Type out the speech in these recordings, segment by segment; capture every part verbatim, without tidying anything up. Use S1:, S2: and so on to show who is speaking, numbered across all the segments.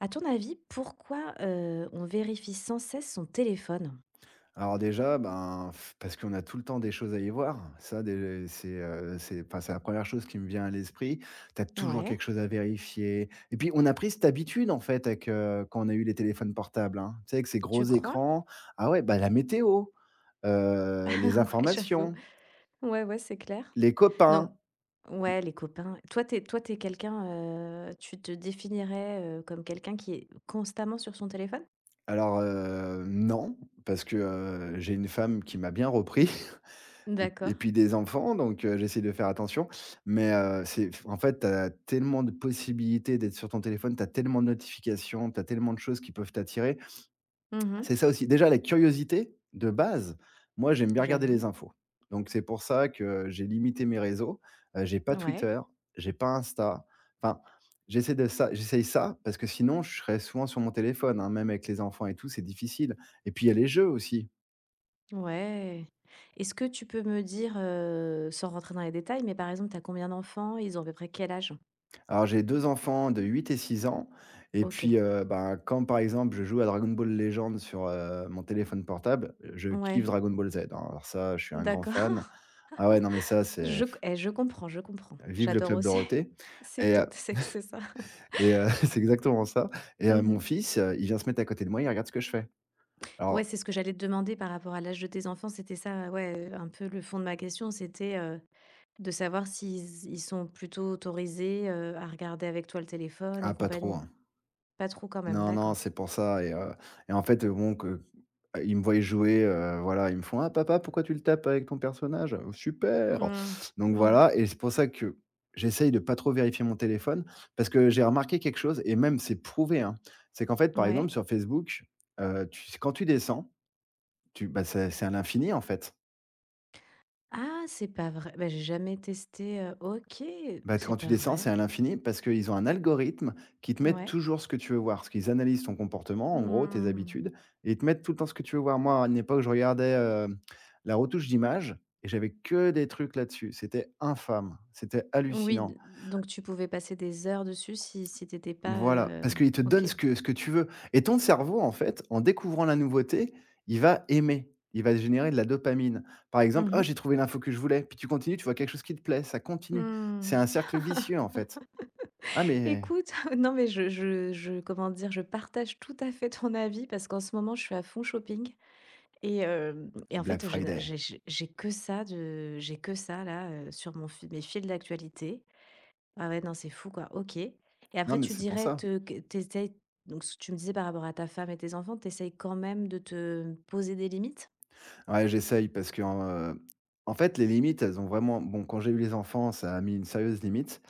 S1: À ton avis, pourquoi, heu, on vérifie sans cesse son téléphone?
S2: Alors déjà, ben, f- parce qu'on a tout le temps des choses à y voir. Ça, des- c'est euh, c'est- enfin, c'est la première chose qui me vient à l'esprit. Tu as toujours
S1: Ouais,
S2: quelque chose à vérifier. Et puis, on a pris cette habitude, en fait, avec, euh, quand on a eu les téléphones portables, hein. Tu sais, avec ces gros
S1: tu crois?
S2: écrans. Ah ouais, bah, la météo, euh, les
S1: Ouais, j'avoue.
S2: informations,
S1: Ouais, ouais, c'est clair.
S2: les copains.
S1: Donc, ouais, les copains. Toi, t'es, toi, t'es quelqu'un, heu, tu te définirais, heu, comme quelqu'un qui est constamment sur son téléphone?
S2: Alors, euh, non, parce que euh, j'ai une femme qui m'a bien repris. Et et
S1: D'accord.
S2: puis des enfants, donc heu, j'essaie de faire attention. Mais heu, c'est en fait, tu as tellement de possibilités d'être sur ton téléphone, tu as tellement de notifications, tu as tellement de choses qui peuvent t'attirer.
S1: Mmh.
S2: C'est ça aussi, déjà la curiosité de base, moi j'aime bien regarder
S1: J'avoue.
S2: les infos. Donc c'est pour ça que j'ai limité mes réseaux, heu, j'ai pas
S1: Ouais,
S2: Twitter, j'ai pas Insta. Enfin, j'essaie de ça j'essaye ça parce que sinon je serais souvent sur mon téléphone, hein, même avec les enfants et tout, c'est difficile. Et puis il y a les jeux aussi.
S1: ouais. Est-ce que tu peux me dire, heu, sans rentrer dans les détails, mais par exemple, t'as combien d'enfants? Ils ont à peu près quel âge?
S2: Alors j'ai deux enfants de huit et six ans et
S1: OK.
S2: puis, heu, ben, quand par exemple je joue à Dragon Ball Legends sur, heu, mon téléphone portable, je kiffe
S1: Ouais,
S2: Dragon Ball Z, hein. Alors ça, je suis un grand fan.
S1: d'accord.
S2: Ah ouais, non mais ça c'est
S1: Je c eh, je comprends, je comprends.
S2: vive le
S1: J'adore
S2: club
S1: aussi.
S2: Dorothée
S1: C'est
S2: et
S1: tout
S2: heu
S1: c'est que c'est ça.
S2: et heu, c'est exactement ça et heu, mon
S1: Mmh.
S2: fils, heu, il vient se mettre à côté de moi, il regarde ce que je fais. Alors,
S1: Ouais, c'est ce que j'allais te demander par rapport à l'âge de tes enfants, c'était ça, ouais, un peu le fond de ma question, c'était, heu, de savoir s'ils ils sont plutôt autorisés, heu, à regarder avec toi le téléphone et
S2: ah pas trop,
S1: compagnie?
S2: hein.
S1: Pas trop quand même,
S2: Non, non,
S1: d'accord.
S2: c'est pour ça et heu et en fait, bon que Heu, ils me voyaient jouer, heu, voilà, ils me font: «Ah papa, pourquoi tu le tapes avec ton personnage? Oh, super!»
S1: Mmh,
S2: Donc
S1: mmh,
S2: voilà et c'est pour ça que j'essaye de pas trop vérifier mon téléphone parce que j'ai remarqué quelque chose et même c'est prouvé, hein, c'est qu'en fait, par exemple,
S1: ouais.
S2: sur Facebook, heu, tu quand tu descends, tu bah, c'est c'est à l'infini, en fait.
S1: Ah, c'est pas vrai? Bah, j'ai jamais testé, heu, OK,
S2: Bah, t
S1: c'est
S2: quand tu
S1: pas
S2: descends,
S1: vrai.
S2: c'est à l'infini parce qu'ils ont un algorithme qui te met
S1: Ouais.
S2: toujours ce que tu veux voir. Parce qu'ils analysent ton comportement, en gros, tes
S1: Mmh.
S2: habitudes et ils te mettent tout le temps ce que tu veux voir. Moi, à une époque, je regardais, hem, la retouche d'image et j'avais que des trucs là-dessus. C'était infâme, c'était
S1: Oui,
S2: hallucinant.
S1: d donc tu pouvais passer des heures dessus si si t'étais pas,
S2: Voilà,
S1: heu
S2: parce qu'ils te donnent
S1: OK.
S2: ce que ce que tu veux et ton cerveau, en fait, en découvrant la nouveauté, il va aimer. Il va générer de la dopamine. Par exemple:
S1: Mmh
S2: «Oh,
S1: mh.
S2: j'ai trouvé l'info que je voulais», puis tu continues, tu vois quelque chose qui te plaît, ça continue. C'est
S1: Mmh.
S2: un cercle vicieux, en fait. Ah mais
S1: Écoute, non mais je je je comment dire? Je partage tout à fait ton avis parce qu'en ce moment je suis à fond shopping et hem et en
S2: Black
S1: fait je n'a
S2: Friday.
S1: j'ai j'ai j'ai que ça de j'ai que ça là, heu, sur mon fil mes fils d'actualité. Ah ouais, non, c'est fou quoi, OK. Et
S2: Non,
S1: après
S2: mais
S1: tu
S2: c'est pour
S1: dirais
S2: ça.
S1: te que tu essayes, donc ce que tu me disais par rapport à ta femme et tes enfants, tu essayes quand même de te poser des limites?
S2: Ouais, j'essaye parce que, heu, en fait, les limites, elles ont vraiment bon, quand j'ai eu les enfants, ça a mis une sérieuse limite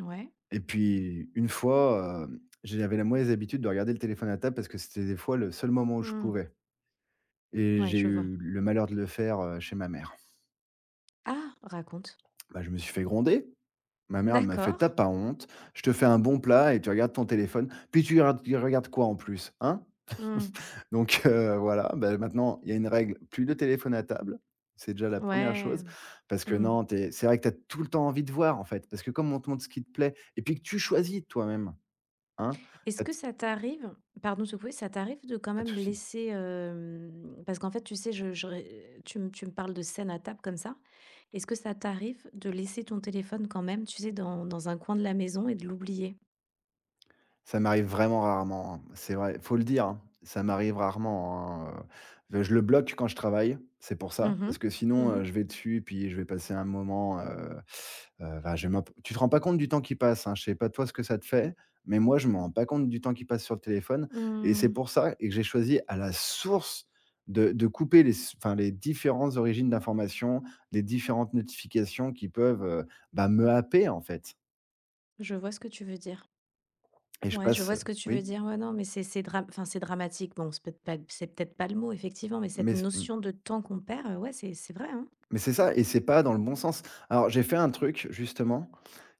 S1: Ouais.
S2: et puis une fois, hem, j'avais la mauvaise habitude de regarder le téléphone à table parce que c'était des fois le seul moment où je
S1: Mmh.
S2: pouvais et
S1: Ouais,
S2: j'ai
S1: je vois.
S2: eu le malheur de le faire, heu, chez ma mère.
S1: Ah! Raconte.
S2: Bah, je me suis fait gronder. Ma mère, elle m'a fait:
S1: D'accord.
S2: «T'as pas honte, je te fais un bon plat et tu regardes ton téléphone. Puis tu regardes tu regardes quoi en plus, hein?»
S1: Mmh.
S2: Donc heu, voilà, ben maintenant, il y a une règle, plus de téléphone à table. C'est déjà la première
S1: Ouais.
S2: chose parce que
S1: Mmh.
S2: non, tu c'est vrai que tu as tout le temps envie de voir, en fait, parce que comme on te montre ce qui te plaît et puis que tu choisis toi-même, hein,
S1: Est-ce
S2: tu
S1: que ça t'arrive Pardon de te couper, ça t'arrive de quand
S2: pas de
S1: même
S2: souci.
S1: laisser, hem parce qu'en fait, tu sais, je je ré tu me tu me parles de scène à table comme ça. Est-ce que ça t'arrive de laisser ton téléphone quand même, tu sais, dans dans un coin de la maison et de l'oublier?
S2: Ça m'arrive vraiment rarement, hein. C'est vrai, faut le dire, hein. Ça m'arrive rarement, hein, heu, je le bloque quand je travaille, c'est pour ça, parce
S1: Mhm.
S2: que sinon, heu,
S1: Mhm.
S2: je vais dessus, puis je vais passer un moment, heu, heu, enfin, je vais m'imp tu te rends pas compte du temps qui passe, hein. Je sais pas toi ce que ça te fait, mais moi, je me rends pas compte du temps qui passe sur le téléphone
S1: Mmh.
S2: et c'est
S1: Mmh.
S2: pour ça et que j'ai choisi à la source de de couper les s enfin, les différentes origines d'informations, les différentes notifications qui peuvent, heu, bah, me happer, en fait
S1: Je vois ce que tu veux dire.
S2: et je
S1: Ouais, je vois
S2: passe,
S1: ce que tu veux
S2: oui?
S1: dire. Ouais, non, mais c'est c'est dram enfin, c'est dramatique. Bon, c'est peut-être pas c'est peut-être pas le mot effectivement, mais cette
S2: Mais
S1: notion de temps qu'on perd, heu, ouais, c'est c'est vrai, hein.
S2: Mais c'est ça et c'est pas dans le bon sens. Alors j'ai fait un truc justement,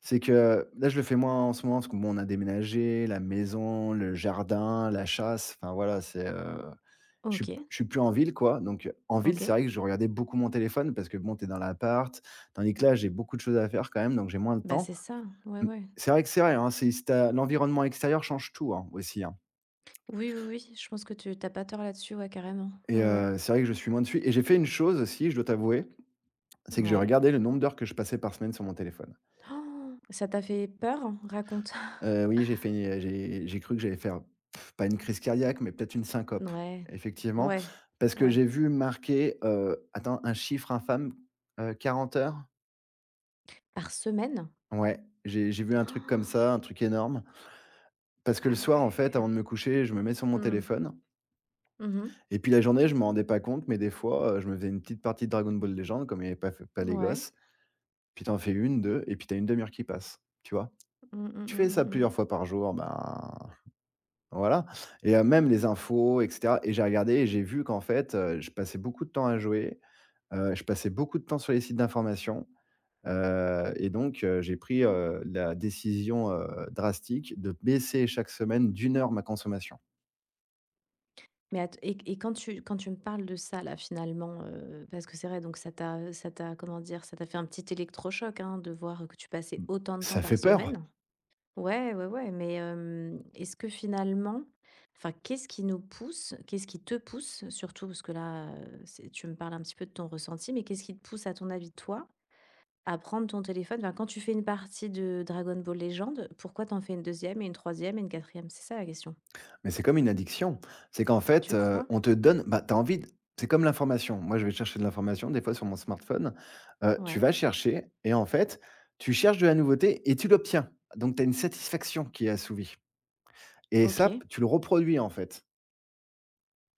S2: c'est que là je le fais moins en ce moment parce que bon on a déménagé, la maison, le jardin, la chasse, enfin voilà c'est, heu, je suis
S1: OK,
S2: je suis plus en ville quoi donc euh, en ville c'est
S1: OK.
S2: vrai que je regardais beaucoup mon téléphone parce que bon t'es dans l'appart, tandis que là j'ai beaucoup de choses à faire quand même donc j'ai moins de
S1: Bah,
S2: temps.
S1: c'est ça, ouais,
S2: Mmh,
S1: ouais.
S2: c'est vrai que c'est vrai, hein, c'est si tu l'environnement extérieur change tout, hein, aussi, hein
S1: Oui, oui, oui, je pense que tu tu as pas tort là-dessus, ouais, carrément.
S2: et
S1: Ouais, ouais.
S2: heu, c'est vrai que je suis moins dessus et j'ai fait une chose aussi, je dois t'avouer, c'est que j'ai
S1: Ouais.
S2: regardé le nombre d'heures que je passais par semaine sur mon téléphone.
S1: Oh, ça t'a fait peur? Raconte.
S2: Heu, oui, j'ai fait une j'ai j'ai cru que j'allais faire pas une crise cardiaque, mais peut-être une syncope,
S1: Ouais.
S2: effectivement,
S1: Ouais,
S2: parce que
S1: ouais.
S2: j'ai vu marquer, heu, attends, un chiffre infâme, heu, quarante heures?
S1: Par semaine?
S2: Ouais, j'ai j'ai vu un truc comme ça,
S1: Oh.
S2: un truc énorme. Parce que le
S1: Ah
S2: soir, en fait,
S1: ouais.
S2: avant de me coucher, je me mets sur mon
S1: Mmh.
S2: téléphone
S1: Mmh.
S2: et puis la journée, je m'en rendais pas compte, mais des fois, heu, je me faisais une petite partie de Dragon Ball Legends, comme il y avait pas f pas les
S1: Ouais.
S2: gosses, puis tu en fais une, deux, et puis tu as une demi heure qui passe, tu vois?
S1: Mmh, mmh,
S2: Tu
S1: mmh,
S2: fais
S1: mmh,
S2: ça
S1: mmh.
S2: plusieurs fois par jour, ben voilà et heu, même les infos et cetera et j'ai regardé et j'ai vu qu'en fait, heu, je passais beaucoup de temps à jouer, heu, je passais beaucoup de temps sur les sites d'information, heu et donc heu, j'ai pris, heu, la décision, heu, drastique de baisser chaque semaine d'une heure ma consommation.
S1: Mais att et et quand tu quand tu me parles de ça là finalement, heu, parce que c'est vrai, donc ça t'a ça t'a comment dire? Ça t'a fait un petit électrochoc, hein, de voir que tu passais autant de temps
S2: Ça
S1: par
S2: fait peur,
S1: semaine. Ouais, ouais, ouais, mais hem, est-ce que finalement, enfin, qu'est-ce qui nous pousse qu'est-ce qui te pousse surtout? Parce que là, heu, c'est tu me parles un petit peu de ton ressenti, mais qu'est-ce qui te pousse à ton avis, toi, à prendre ton téléphone? Enfin, quand tu fais une partie de Dragon Ball Legends, pourquoi t'en fais une deuxième et une troisième et une quatrième? C'est ça la question.
S2: mais c'est comme une addiction. C'est qu'en
S1: Tu
S2: fait, heu,
S1: crois?
S2: on te donne bah, tu as envie d c'est comme l'information. Moi, je vais chercher de l'information des fois sur mon smartphone, heu, tu
S1: Ouais,
S2: vas chercher et en fait, tu cherches de la nouveauté et tu l'obtiens. Donc tu as une satisfaction qui est assouvie. Et ça,
S1: OK.
S2: p tu le reproduis, en fait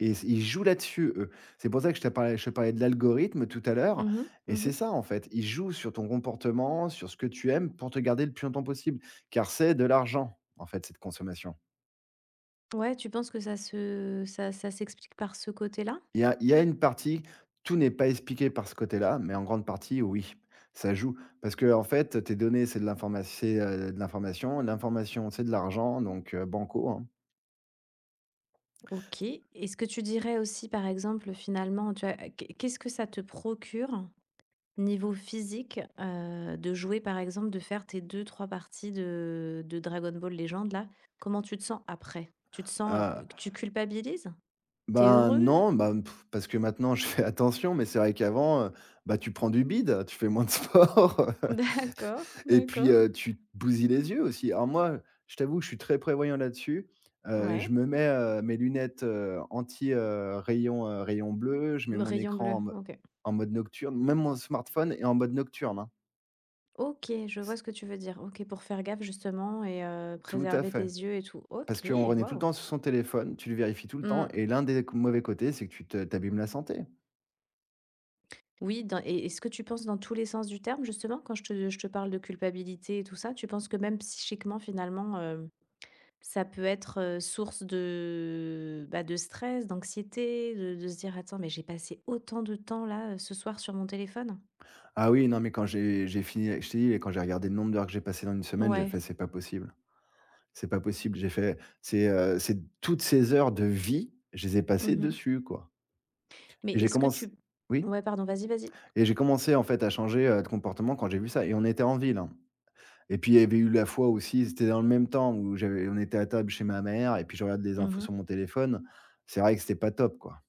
S2: et s ils jouent là-dessus, eux. C'est pour ça que je t'ai parlé je te parlais de l'algorithme tout à l'heure
S1: Mmh mh.
S2: et
S1: Mmh.
S2: c'est ça, en fait. Ils jouent sur ton comportement, sur ce que tu aimes pour te garder le plus longtemps possible, car c'est de l'argent, en fait, cette consommation.
S1: Ouais, tu penses que ça se ça ça s'explique par ce côté-là?
S2: Il y a il y a une partie, tout n'est pas expliqué par ce côté-là, mais en grande partie, oui, ça joue. Parce que en fait, tes données, c'est de l'informa c'est, heu, de l'information. L'information, c'est de l'argent, donc heu, banco, hein.
S1: OK. Est-ce que tu dirais aussi, par exemple, finalement, tu vois, qu'est-ce que ça te procure niveau physique, heu, de jouer par exemple, de faire tes deux trois parties de de Dragon Ball Legend là, comment tu te sens après? Tu te sens, heu,
S2: Ah,
S1: q tu culpabilises? T'es
S2: ben,
S1: heureux?
S2: non, bah, parce que maintenant je fais attention, mais c'est vrai qu'avant, heu, bah, tu prends du bide, tu fais moins de sport.
S1: D'accord,
S2: Et puis,
S1: d'accord.
S2: heu, tu te bousilles les yeux aussi. Alors moi, je t'avoue que je suis très prévoyant là-dessus. Heu,
S1: Ouais,
S2: je me mets, heu, mes lunettes, heu, anti, heu, rayon, heu, rayon bleu, je mets
S1: me
S2: mon
S1: rayon
S2: écran
S1: bleu,
S2: en mo
S1: OK.
S2: en mode nocturne, même mon smartphone est en mode nocturne, hein.
S1: OK, je vois
S2: C
S1: ce que tu veux dire. OK, pour faire gaffe justement et heu,
S2: tout à
S1: préserver tes
S2: fait.
S1: yeux et tout.
S2: Parce
S1: OK,
S2: qu'on renaît tout le
S1: waouh.
S2: temps sur son téléphone, tu le vérifies tout le temps
S1: Mmh.
S2: et l'un des co mauvais côtés, c'est que tu te tu la santé.
S1: Oui, dans et est-ce que tu penses dans tous les sens du terme justement quand je te je te parle de culpabilité et tout ça? Tu penses que même psychiquement finalement, ça peut être, heu, source de, bah, de stress, d'anxiété, de de se dire: «Attends, mais j'ai passé autant de temps là, heu, ce soir sur mon téléphone?»
S2: Ah oui, non, mais quand j'ai j'ai fini je t'ai dit, quand j'ai regardé le nombre d'heures que j'ai passé dans une semaine, j'ai
S1: Ouais.
S2: fait: «C'est pas possible». C'est pas possible, j'ai fait c'est, heu, c'est toutes ces heures de vie, je les ai passées
S1: Mmh.
S2: dessus, quoi
S1: Mais
S2: et j'ai
S1: est-ce que
S2: commencé
S1: tu
S2: oui
S1: ouais, pardon, vas-y, vas-y.
S2: et j'ai commencé, en fait, à changer, heu, de comportement quand j'ai vu ça et on était en ville, hein et puis il y avait eu la fois aussi, c'était dans le même temps où j'avais on était à table chez ma mère et puis je regarde les infos
S1: Mmh.
S2: sur mon téléphone. C'est vrai que c'était pas top, quoi.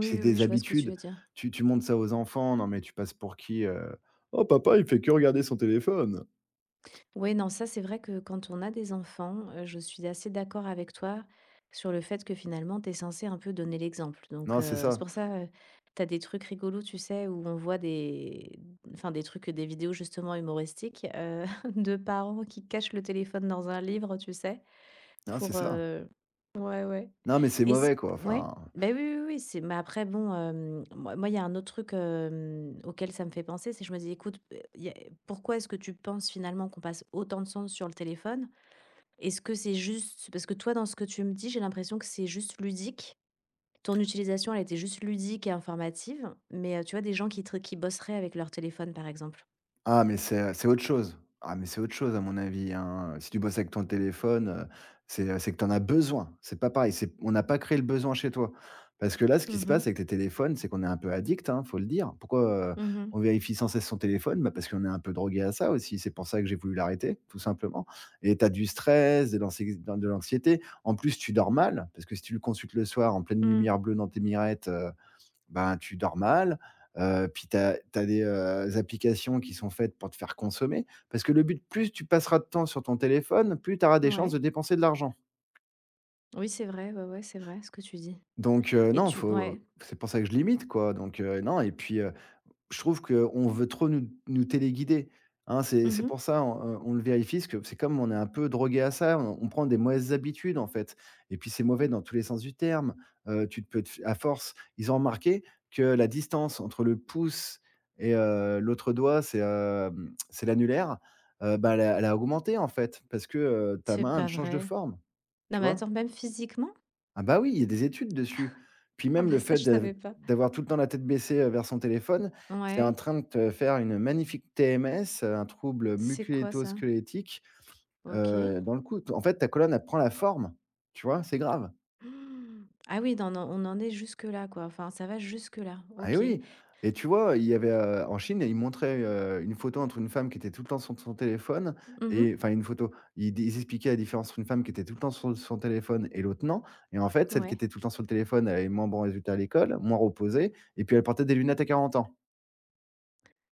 S2: Puis c'est
S1: oui, oui,
S2: des
S1: je vois ce que tu
S2: habitudes,
S1: veux dire.
S2: tu tu montres ça aux enfants, non mais tu passes pour qui, heu? «Oh, papa, il fait que regarder son téléphone».
S1: Ouais, non, ça, c'est vrai que quand on a des enfants, heu, je suis assez d'accord avec toi sur le fait que finalement, tu es censée un peu donner l'exemple. Donc,
S2: Non, c'est
S1: heu, c'est
S2: ça,
S1: pour ça, heu, tu as des trucs rigolos, tu sais, où on voit des enfin des trucs, des vidéos justement humoristiques, heu, de parents qui cachent le téléphone dans un livre, tu sais,
S2: non, c'est
S1: pour,
S2: ça.
S1: heu ouais, ouais.
S2: Non mais c'est
S1: Est-ce
S2: mauvais, quoi,
S1: q ouais,
S2: enfin.
S1: ben oui, oui, oui, c'est mais après bon, hem, moi moi, il y a un autre truc, hem, auquel ça me fait penser, c'est que je me dis: «Écoute, heu, y a pourquoi est-ce que tu penses finalement qu'on passe autant de temps sur le téléphone? Est-ce que c'est juste» parce que toi, dans ce que tu me dis, j'ai l'impression que c'est juste ludique. Ton utilisation, elle était juste ludique et informative, mais, heu, tu vois, des gens qui tr qui bosseraient avec leur téléphone, par exemple.
S2: Ah mais c'est, c'est autre chose. Ah mais c'est autre chose à mon avis, hein, si tu bosses avec ton téléphone, heu, c'est, c'est que tu en as besoin. C'est pas pareil, c'est on n'a pas créé le besoin chez toi. Parce que là, ce qui se
S1: Mmh mh.
S2: passe avec les téléphones, c'est qu'on est un peu addict, hein, faut le dire. Pourquoi, heu,
S1: Mmh.
S2: on vérifie sans cesse son téléphone? Bah, parce qu'on est un peu drogué à ça aussi. C'est pour ça que j'ai voulu l'arrêter, tout simplement et tu as du stress, de l'anxi de l'anxiété. En plus, tu dors mal parce que si tu le consultes le soir en pleine
S1: Mmh.
S2: lumière bleue dans tes mirettes, ben, tu dors mal, heu, puis tu as des, heu, applications qui sont faites pour te faire consommer. Parce que le but, plus tu passeras de temps sur ton téléphone, plus tu auras des chances de
S1: Ouais.
S2: dépenser de l'argent.
S1: Oui, c'est vrai, ouais, ouais, c'est vrai ce que tu dis
S2: Donc, heu,
S1: et
S2: non,
S1: tu ouais.
S2: faut c'est pour ça que je limite, quoi. Donc, heu, non et puis, heu je trouve qu'on veut trop nous nous téléguider, hein. C'est c'est
S1: Mmh.
S2: pour ça, on, on le vérifie, parce que c'est comme on est un peu drogué à ça, on on prend des mauvaises habitudes, en fait et puis c'est mauvais dans tous les sens du terme. Heu, tu te peux te f à force, ils ont remarqué que la distance entre le pouce et heu, l'autre doigt, c'est, hem, c'est l'annulaire, heu, bah, elle a elle a augmenté, en fait, parce que, heu, ta
S1: C'est
S2: main,
S1: pas
S2: elle change de
S1: vrai.
S2: forme,
S1: Non,
S2: tu
S1: mais
S2: vois?
S1: attends, même physiquement?
S2: Ah bah, oui, il y a des études dessus. Puis
S1: Ah
S2: même
S1: bah
S2: le
S1: ça,
S2: fait
S1: je savais
S2: de
S1: pas.
S2: d'avoir tout le temps la tête baissée, heu, vers son téléphone, c'est en
S1: Ouais,
S2: train de te faire une magnifique T M S, heu, un trouble
S1: c'est quoi ça?
S2: musculo-squelettique,
S1: OK.
S2: heu, dans le cou. En fait, ta colonne, elle prend la forme, tu vois? C'est grave.
S1: Hmm. Ah oui, dans dans on en est jusque-là, quoi. Enfin, ça va jusque-là.
S2: Eh
S1: OK.
S2: oui et tu vois, il y avait, heu, en Chine, ils montraient, heu, une photo entre une femme qui était tout le temps sur son téléphone
S1: Mmh.
S2: et enfin une photo. Ils d ils expliquaient la différence entre une femme qui était tout le temps sur son téléphone et l'autre non et en fait, celle qui
S1: Ouais.
S2: était tout le temps sur le téléphone, elle avait moins bon résultat à l'école, moins reposée et puis elle portait des lunettes à quarante ans.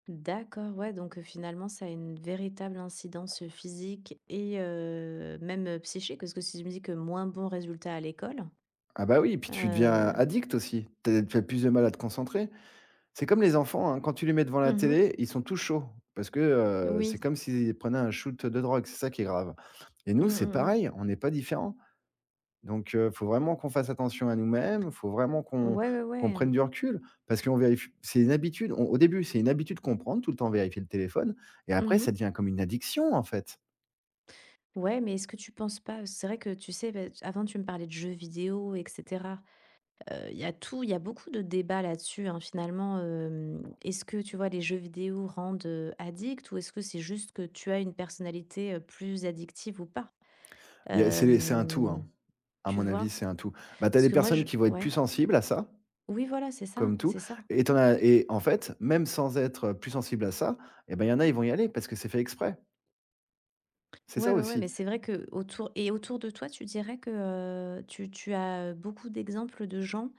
S1: D'accord, ouais, donc heu, finalement, ça a une véritable incidence, physique et heu, même, heu, psychique, parce que si je me dis que moins bon résultat à l'école,
S2: Ah bah oui, puis tu deviens
S1: heu
S2: addict aussi. Tu tu as plus de mal à te concentrer. C'est comme les enfants, hein, quand tu les mets devant la
S1: mmh
S2: télé, ils sont tout chauds parce que, heu, c'est
S1: Oui.
S2: comme s'ils prenaient un shoot de drogue, c'est ça qui est grave et
S1: Mm
S2: nous, c'est
S1: mm. Mh.
S2: pareil, on n'est pas différents. Donc heu, faut vraiment qu'on fasse attention à nous-mêmes, il faut vraiment qu'on
S1: Ouais, ouais,
S2: qu'on
S1: ouais.
S2: prenne du recul parce qu'on vérifie c'est une habitude. On au début, c'est une habitude qu'on prend de tout le temps vérifier le téléphone et
S1: Mmh
S2: après ça
S1: mh.
S2: devient comme une addiction, en fait.
S1: Ouais, mais est-ce que tu penses pas, c'est vrai que tu sais, bah, avant tu me parlais de jeux vidéo et cetera. Heu, il y a tout il y a beaucoup de débats là-dessus, hein, finalement, hem. Est-ce que, tu vois, les jeux vidéo rendent, heu, addict, ou est-ce que c'est juste que tu as une personnalité, heu, plus addictive ou pas?
S2: Il y a c'est c'est un tout, hein.
S1: Hem,
S2: À
S1: Tu
S2: mon
S1: vois?
S2: avis, c'est un tout. Bah, tu as
S1: Parce
S2: des
S1: que moi
S2: personnes
S1: je
S2: qui vont être
S1: Ouais.
S2: plus sensibles à ça,
S1: Oui, voilà, c'est ça,
S2: comme tout
S1: c'est ça.
S2: et tu en as et en fait, même sans être, plus sensibles à ça et ben, il y en a, ils vont y aller parce que c'est fait exprès. C'est
S1: Ouais,
S2: ça
S1: ouais, ouais,
S2: aussi.
S1: mais c'est vrai que autour et autour de toi, tu dirais que, heu, tu tu as, beaucoup d'exemples de gens,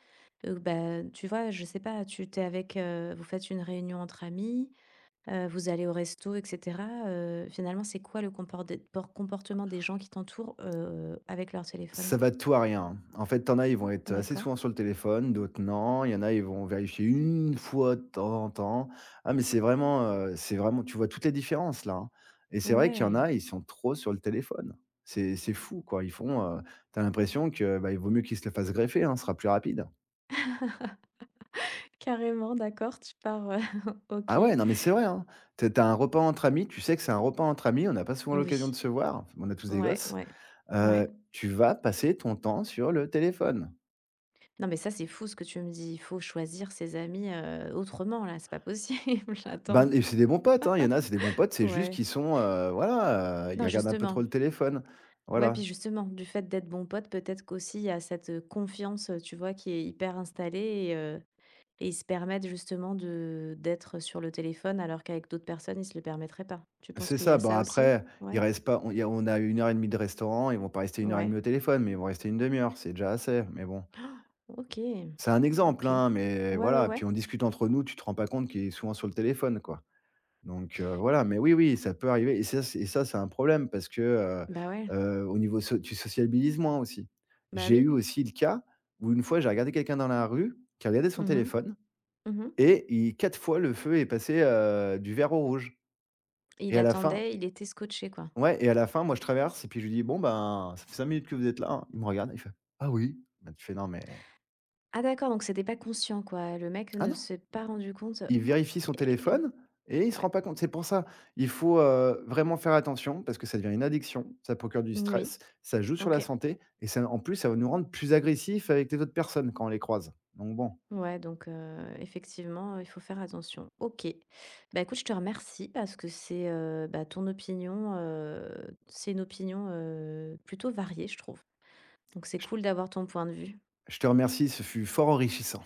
S1: heu, bah, tu vois, je sais pas, tu tu es avec, heu vous faites une réunion entre amis, heu, vous allez au resto et cetera, heu, finalement, c'est quoi le comporde por comportement des gens qui t'entourent, heu, avec leur téléphone?
S2: Ça va de tout à rien. En fait, tu en as, ils vont être assez
S1: D'accord.
S2: souvent sur le téléphone, d'autres non. Il y en a, ils vont vérifier une fois de temps en temps. Ah, mais c'est vraiment, heu, c'est vraiment tu vois toutes les différences là, hein et c'est vrai qu'il y en
S1: Ouais.
S2: a, ils sont trop sur le téléphone. C'est c'est fou quoi. Ils font, heu, tu l'impression que, bah, il vaut mieux qu'ils se le fassent greffer, hein, ce sera plus rapide.
S1: Carrément, d'accord, tu pars, heu, OK.
S2: Ah ouais, non mais c'est vrai, hein. Tu es un repas entre amis, tu sais que c'est un repas entre amis, on n'a pas souvent l'occasion
S1: Oui.
S2: de se voir, on a tous des
S1: Ouais,
S2: gosses,
S1: ouais. Ouais.
S2: heu, tu vas passer ton temps sur le téléphone.
S1: Non, mais ça, c'est fou ce que tu me dis. Il faut choisir ses amis, heu, autrement là, c'est pas possible. Attends.
S2: Ben et c'est des bons potes, hein. Il y en a, c'est des bons potes, c'est juste
S1: Ouais.
S2: qu'ils sont, heu, voilà, heu, ils
S1: Non,
S2: regardent un peu
S1: justement.
S2: trop le téléphone.
S1: Ouais,
S2: Voilà,
S1: puis justement, du fait d'être bon pote, peut-être qu'aussi il y a cette, heu, confiance, heu, tu vois, qui est hyper installée. Et ils se permettent justement de d'être sur le téléphone alors qu'avec d'autres personnes, ils se le permettraient pas. Tu penses
S2: c'est
S1: qu'il y
S2: ça.
S1: a
S2: Bah,
S1: ça aussi?
S2: après, ils
S1: Ouais,
S2: restent pas on il y a on a une heure et demie de restaurant, ils vont pas rester une heure et
S1: ouais.
S2: demie au téléphone, mais ils vont rester une demi heure, c'est déjà assez, mais bon.
S1: Ah, OK,
S2: C'est un exemple,
S1: OK.
S2: hein, mais
S1: Ouais, ouais,
S2: voilà, puis
S1: ouais.
S2: on discute entre nous, tu te rends pas compte qu'il est souvent sur le téléphone, quoi. Donc heu, voilà, mais oui, oui, ça peut arriver et ça c'est et ça, c'est un problème parce que, heu
S1: Bah ouais,
S2: heu, au niveau so tu sociabilises moins aussi.
S1: bah
S2: J'ai eu
S1: oui.
S2: aussi le cas où une fois, j'ai regardé quelqu'un dans la rue qui regardait son
S1: Mmh mh.
S2: téléphone.
S1: Mmh.
S2: Et il quatre fois, le feu est passé, heu, du vert au rouge
S1: Il
S2: et à la fin
S1: attendait, il était scotché, quoi.
S2: ouais et à la fin, moi, je traverse et puis je lui dis: «Bon, ben, ça fait cinq minutes que vous êtes là, hein». Il me regarde, il fait: «Ah oui?» Bah, tu fais: «Non, mais
S1: Ah d'accord, donc c'était pas conscient, quoi. Le mec
S2: ah
S1: ne
S2: non!»
S1: s'est pas rendu compte.
S2: Il vérifie
S1: OK.
S2: son téléphone et il se
S1: Ouais.
S2: rend pas compte. C'est pour ça, il faut, heu, vraiment faire attention parce que ça devient une addiction, ça procure du
S1: Oui,
S2: stress, ça joue sur la
S1: OK.
S2: santé et ça en plus, ça va nous rendre plus agressifs avec les autres personnes quand on les croise. Donc bon,
S1: Ouais, donc heu, effectivement, il faut faire attention. OK. Bah, écoute, je te remercie parce que c'est, heu, bah, ton opinion, heu, c'est une opinion, heu, plutôt variée, je trouve. Donc c'est
S2: je
S1: cool d'avoir ton point de vue.
S2: je te remercie, ce fut fort enrichissant.